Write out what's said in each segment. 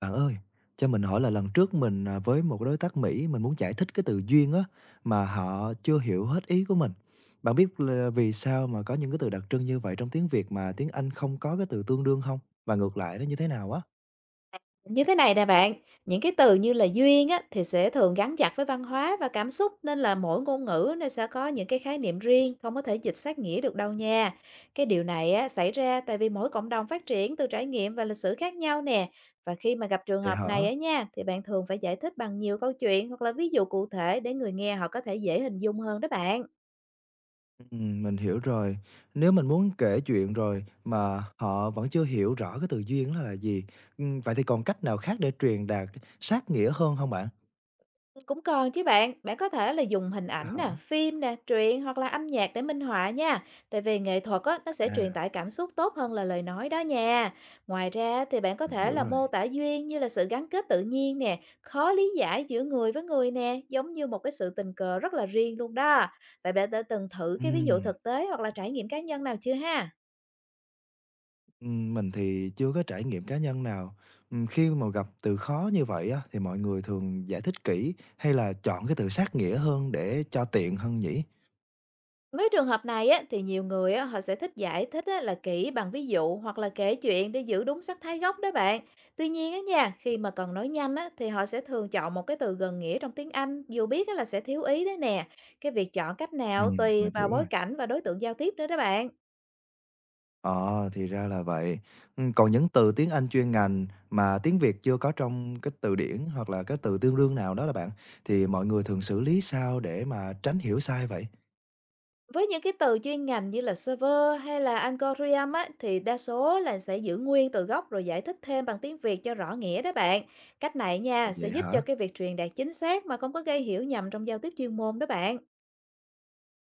Bạn ơi, cho mình hỏi là lần trước mình, với một đối tác Mỹ, mình muốn giải thích cái từ duyên á, mà họ chưa hiểu hết ý của mình. Bạn biết là vì sao mà có những cái từ đặc trưng như vậy trong tiếng Việt mà tiếng Anh không có cái từ tương đương không? Và ngược lại nó như thế nào á? Như thế này nè bạn, những cái từ như là duyên á, thì sẽ thường gắn chặt với văn hóa và cảm xúc nên là mỗi ngôn ngữ nó sẽ có những cái khái niệm riêng, không có thể dịch sát nghĩa được đâu nha. Cái điều này á, xảy ra tại vì mỗi cộng đồng phát triển từ trải nghiệm và lịch sử khác nhau nè. Và khi mà gặp trường Vậy hợp hả? này á nha, thì bạn thường phải giải thích bằng nhiều câu chuyện hoặc là ví dụ cụ thể để người nghe họ có thể dễ hình dung hơn đó bạn. Mình hiểu rồi. Nếu mình muốn kể chuyện rồi mà họ vẫn chưa hiểu rõ cái từ duyên đó là gì, vậy thì còn cách nào khác để truyền đạt sát nghĩa hơn không bạn? Cũng còn chứ bạn, bạn có thể là dùng hình ảnh Hả? nè, phim nè, truyện hoặc là âm nhạc để minh họa nha. Tại vì nghệ thuật á, nó sẽ À, truyền tải cảm xúc tốt hơn là lời nói đó nha. Ngoài ra thì bạn có mình thể hiểu là rồi. mô tả duyên như là sự gắn kết tự nhiên nè, khó lý giải giữa người với người nè, giống như một cái sự tình cờ rất là riêng luôn đó. Bạn đã từng thử cái ví dụ Ừm. thực tế hoặc là trải nghiệm cá nhân nào chưa ha? Mình thì chưa có trải nghiệm cá nhân nào. Khi mà gặp từ khó như vậy á, thì mọi người thường giải thích kỹ hay là chọn cái từ sát nghĩa hơn để cho tiện hơn nhỉ? Với trường hợp này á, thì nhiều người á, họ sẽ thích giải thích á, là kỹ bằng ví dụ hoặc là kể chuyện để giữ đúng sắc thái gốc đó bạn. Tuy nhiên á nha, khi mà cần nói nhanh á, thì họ sẽ thường chọn một cái từ gần nghĩa trong tiếng Anh, dù biết á, là sẽ thiếu ý đấy nè. Cái việc chọn cách nào tùy Mình vào hiểu bối rồi. cảnh và đối tượng giao tiếp nữa đó bạn. Ờ, thì ra là vậy. Còn những từ tiếng Anh chuyên ngành mà tiếng Việt chưa có trong cái từ điển hoặc là cái từ tương đương nào đó là bạn, thì mọi người thường xử lý sao để mà tránh hiểu sai vậy? Với những cái từ chuyên ngành như là server hay là algorithm á, thì đa số là sẽ giữ nguyên từ gốc rồi giải thích thêm bằng tiếng Việt cho rõ nghĩa đó bạn. Cách này À, nha, sẽ vậy giúp cho hả? cái việc truyền đạt chính xác mà không có gây hiểu nhầm trong giao tiếp chuyên môn đó bạn.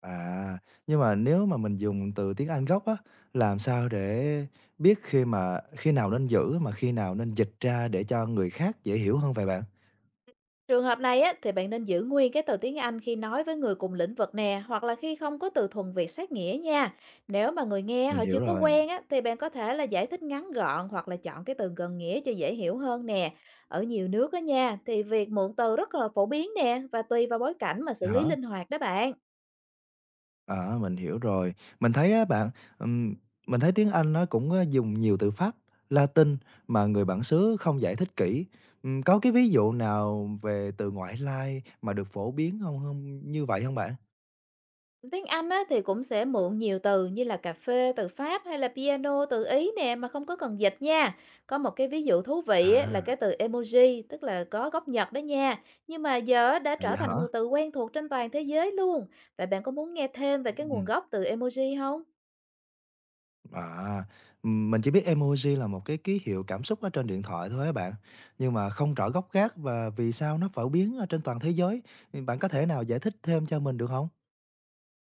À, nhưng mà nếu mà mình dùng từ tiếng Anh gốc á, làm sao để biết khi nào nên giữ mà khi nào nên dịch ra để cho người khác dễ hiểu hơn vậy bạn? Trường hợp này á, thì bạn nên giữ nguyên cái từ tiếng Anh khi nói với người cùng lĩnh vực nè, hoặc là khi không có từ thuần Việt sát nghĩa nha. Nếu mà người nghe Mình họ chưa hiểu có rồi, quen á, thì bạn có thể là giải thích ngắn gọn hoặc là chọn cái từ gần nghĩa cho dễ hiểu hơn nè. Ở nhiều nước á nha, thì việc mượn từ rất là phổ biến nè và tùy vào bối cảnh mà xử vậy lý hả? linh hoạt đó bạn. À, mình hiểu rồi. Mình thấy á bạn, ừm, mình thấy tiếng Anh nó cũng, ơ, dùng nhiều từ Pháp, Latin mà người bản xứ không giải thích kỹ. Có cái ví dụ nào về từ ngoại lai mà được phổ biến không không như vậy không bạn? Tiếng Anh á thì cũng sẽ mượn nhiều từ như là cà phê từ Pháp hay là piano từ Ý nè mà không có cần dịch nha. Có một cái ví dụ thú vị á, là cái À, từ emoji tức là có gốc Nhật đó nha. Nhưng mà giờ á, đã là trở vậy hả? thành một từ quen thuộc trên toàn thế giới luôn. Vậy bạn có muốn nghe thêm về cái nguồn Ừm. gốc từ emoji không? À, mình chỉ biết emoji là một cái ký hiệu cảm xúc ở trên điện thoại thôi á bạn, nhưng mà không rõ gốc gác và vì sao nó phổ biến ở trên toàn thế giới. Thì bạn có thể nào giải thích thêm cho mình được không?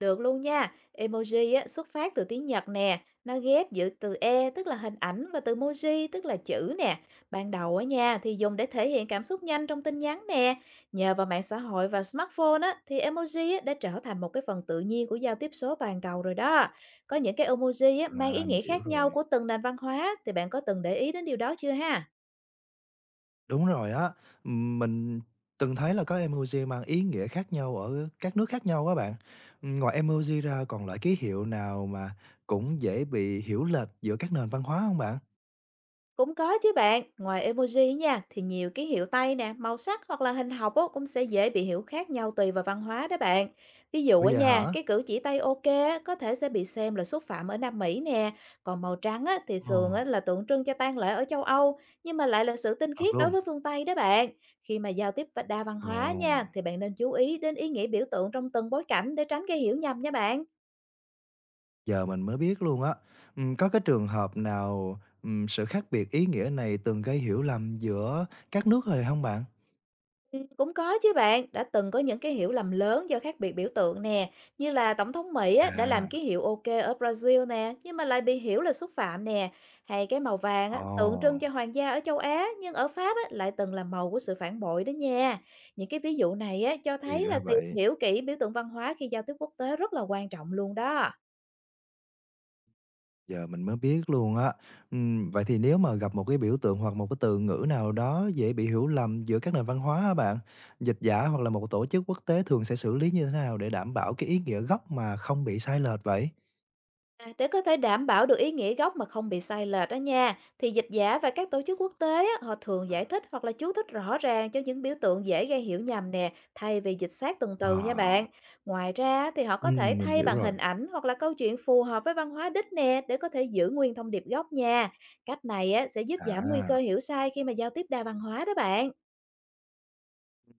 Được luôn nha. Emoji á, xuất phát từ tiếng Nhật nè. Nó ghép giữa từ e tức là hình ảnh và từ moji tức là chữ nè. Ban đầu á nha thì dùng để thể hiện cảm xúc nhanh trong tin nhắn nè. Nhờ vào mạng xã hội và smartphone á, thì emoji á, đã trở thành một cái phần tự nhiên của giao tiếp số toàn cầu rồi đó. Có những cái emoji á, mang ý À, mình nghĩa hiểu khác nhau rồi. của từng nền văn hóa, thì bạn có từng để ý đến điều đó chưa ha? Đúng rồi á, mình từng thấy là có emoji mang ý nghĩa khác nhau ở các nước khác nhau á bạn. Ngoài emoji ra còn loại ký hiệu nào mà cũng dễ bị hiểu lệch giữa các nền văn hóa không bạn? Cũng có chứ bạn, ngoài emoji nha thì nhiều ký hiệu tay nè, màu sắc hoặc là hình học á, cũng sẽ dễ bị hiểu khác nhau tùy vào văn hóa đó bạn. Ví dụ Bây ở giờ nha, hả? cái cử chỉ tay ok á, có thể sẽ bị xem là xúc phạm ở Nam Mỹ nè, còn màu trắng á, thì Ồ, thường á, là tượng trưng cho tang lễ ở châu Âu, nhưng mà lại là sự tinh thật khiết đối luôn? với phương Tây đó bạn. Khi mà giao tiếp và đa văn Ồ. hóa nha, thì bạn nên chú ý đến ý nghĩa biểu tượng trong từng bối cảnh để tránh gây hiểu nhầm nha bạn. Giờ mình mới biết luôn á. Có cái trường hợp nào, sự khác biệt ý nghĩa này từng gây hiểu lầm giữa các nước rồi không bạn? Cũng có chứ bạn, đã từng có những cái hiểu lầm lớn do khác biệt biểu tượng nè, như là Tổng thống Mỹ á, đã làm À, ký hiệu OK ở Brazil nè, nhưng mà lại bị hiểu là xúc phạm nè, hay cái màu vàng ồ, á, tượng trưng cho hoàng gia ở châu Á, nhưng ở Pháp á, lại từng là màu của sự phản bội đó nha. Những cái ví dụ này á, cho thì thấy là ra tìm vậy, hiểu kỹ biểu tượng văn hóa khi giao tiếp quốc tế rất là quan trọng luôn đó. giờ mình mới biết luôn á. Vậy thì nếu mà gặp một cái biểu tượng hoặc một cái từ ngữ nào đó dễ bị hiểu lầm giữa các nền văn hóa á bạn, dịch giả hoặc là một tổ chức quốc tế thường sẽ xử lý như thế nào để đảm bảo cái ý nghĩa gốc mà không bị sai lệch vậy? À, để có thể đảm bảo được ý nghĩa gốc mà không bị sai lệch đó nha, thì dịch giả và các tổ chức quốc tế á, họ thường giải thích hoặc là chú thích rõ ràng cho những biểu tượng dễ gây hiểu nhầm nè, thay vì dịch sát từng Ờ, từ nha bạn. Ngoài ra thì họ có thể mình thay hiểu bằng rồi. hình ảnh hoặc là câu chuyện phù hợp với văn hóa đích nè, để có thể giữ nguyên thông điệp gốc nha. Cách này á, sẽ giúp giảm nguy cơ À. hiểu sai khi mà giao tiếp đa văn hóa đó bạn.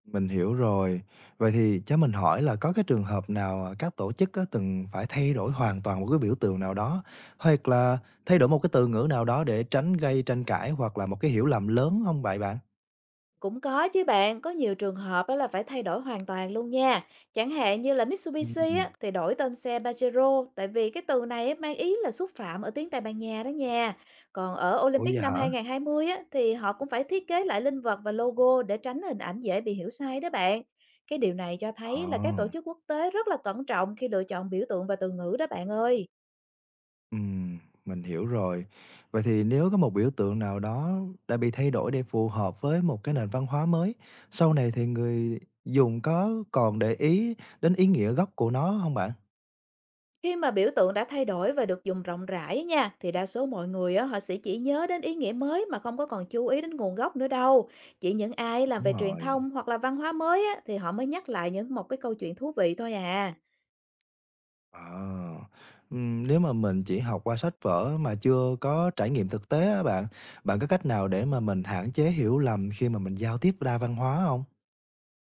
Mình hiểu rồi. Vậy thì cho mình hỏi là có cái trường hợp nào, các tổ chức á từng phải thay đổi hoàn toàn một cái biểu tượng nào đó, hoặc là thay đổi một cái từ ngữ nào đó để tránh gây tranh cãi hoặc là một cái hiểu lầm lớn không vậy bạn? Cũng có chứ bạn, có nhiều trường hợp á là phải thay đổi hoàn toàn luôn nha. Chẳng hạn như là Mitsubishi Ừm. á, thì đổi tên xe Pajero tại vì cái từ này á, mang ý là xúc phạm ở tiếng Tây Ban Nha đó nha. Còn ở Ủa, Olympic vậy năm hả? 2020 á, thì họ cũng phải thiết kế lại linh vật và logo để tránh hình ảnh dễ bị hiểu sai đó bạn. Cái điều này cho Ờ, thấy là các tổ chức quốc tế rất là cẩn trọng khi lựa chọn biểu tượng và từ ngữ đó bạn ơi. ừm, mình hiểu rồi. Vậy thì nếu có một biểu tượng nào đó đã bị thay đổi để phù hợp với một cái nền văn hóa mới, sau này thì người dùng có còn để ý đến ý nghĩa gốc của nó không bạn? Khi mà biểu tượng đã thay đổi và được dùng rộng rãi á nha, thì đa số mọi người á, họ sẽ chỉ nhớ đến ý nghĩa mới mà không có còn chú ý đến nguồn gốc nữa đâu. Chỉ những ai làm Đúng về truyền rồi. thông hoặc là văn hóa mới á, thì họ mới nhắc lại những một cái câu chuyện thú vị thôi à. À, nếu mà mình chỉ học qua sách vở mà chưa có trải nghiệm thực tế á bạn, bạn có cách nào để mà mình hạn chế hiểu lầm khi mà mình giao tiếp đa văn hóa không?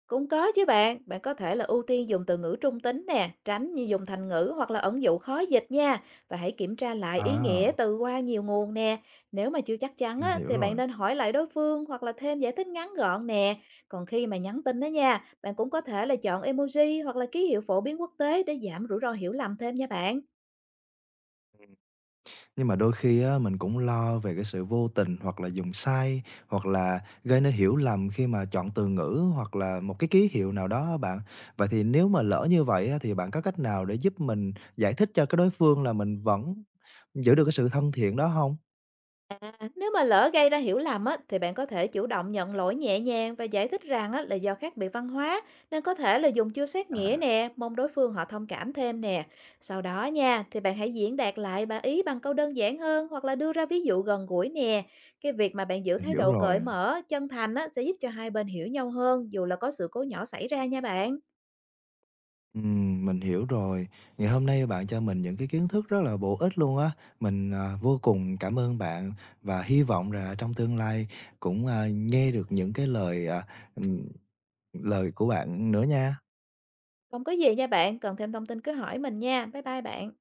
Cũng có chứ bạn, bạn có thể là ưu tiên dùng từ ngữ trung tính nè, tránh như dùng thành ngữ hoặc là ẩn dụ khó dịch nha. Và hãy kiểm tra lại ý À, nghĩa từ qua nhiều nguồn nè. Nếu mà chưa chắc chắn mình á, hiểu thì bạn rồi. nên hỏi lại đối phương hoặc là thêm giải thích ngắn gọn nè. Còn khi mà nhắn tin đó nha, bạn cũng có thể là chọn emoji hoặc là ký hiệu phổ biến quốc tế để giảm rủi ro hiểu lầm thêm nha bạn. Nhưng mà đôi khi á, mình cũng lo về cái sự vô tình hoặc là dùng sai, hoặc là gây nên hiểu lầm khi mà chọn từ ngữ hoặc là một cái ký hiệu nào đó á bạn. Vậy thì nếu mà lỡ như vậy á, thì bạn có cách nào để giúp mình giải thích cho cái đối phương là mình vẫn giữ được cái sự thân thiện đó không? Nếu mà lỡ gây ra hiểu lầm á, thì bạn có thể chủ động nhận lỗi nhẹ nhàng và giải thích rằng á, là do khác biệt văn hóa nên có thể là dùng chưa xét nghĩa À, nè, mong đối phương họ thông cảm thêm nè. Sau đó nha, thì bạn hãy diễn đạt lại bà ý bằng câu đơn giản hơn hoặc là đưa ra ví dụ gần gũi nè. Cái việc mà bạn giữ mình thái hiểu độ cởi rồi. mở, chân thành á, sẽ giúp cho hai bên hiểu nhau hơn dù là có sự cố nhỏ xảy ra nha bạn. Mình hiểu rồi. Ngày hôm nay bạn cho mình những cái kiến thức rất là bổ ích luôn á. Mình, vô cùng cảm ơn bạn và hy vọng là trong tương lai cũng, nghe được những cái lời, ừm, lời của bạn nữa nha. Không có gì nha bạn, cần thêm thông tin cứ hỏi mình nha. Bye bye bạn.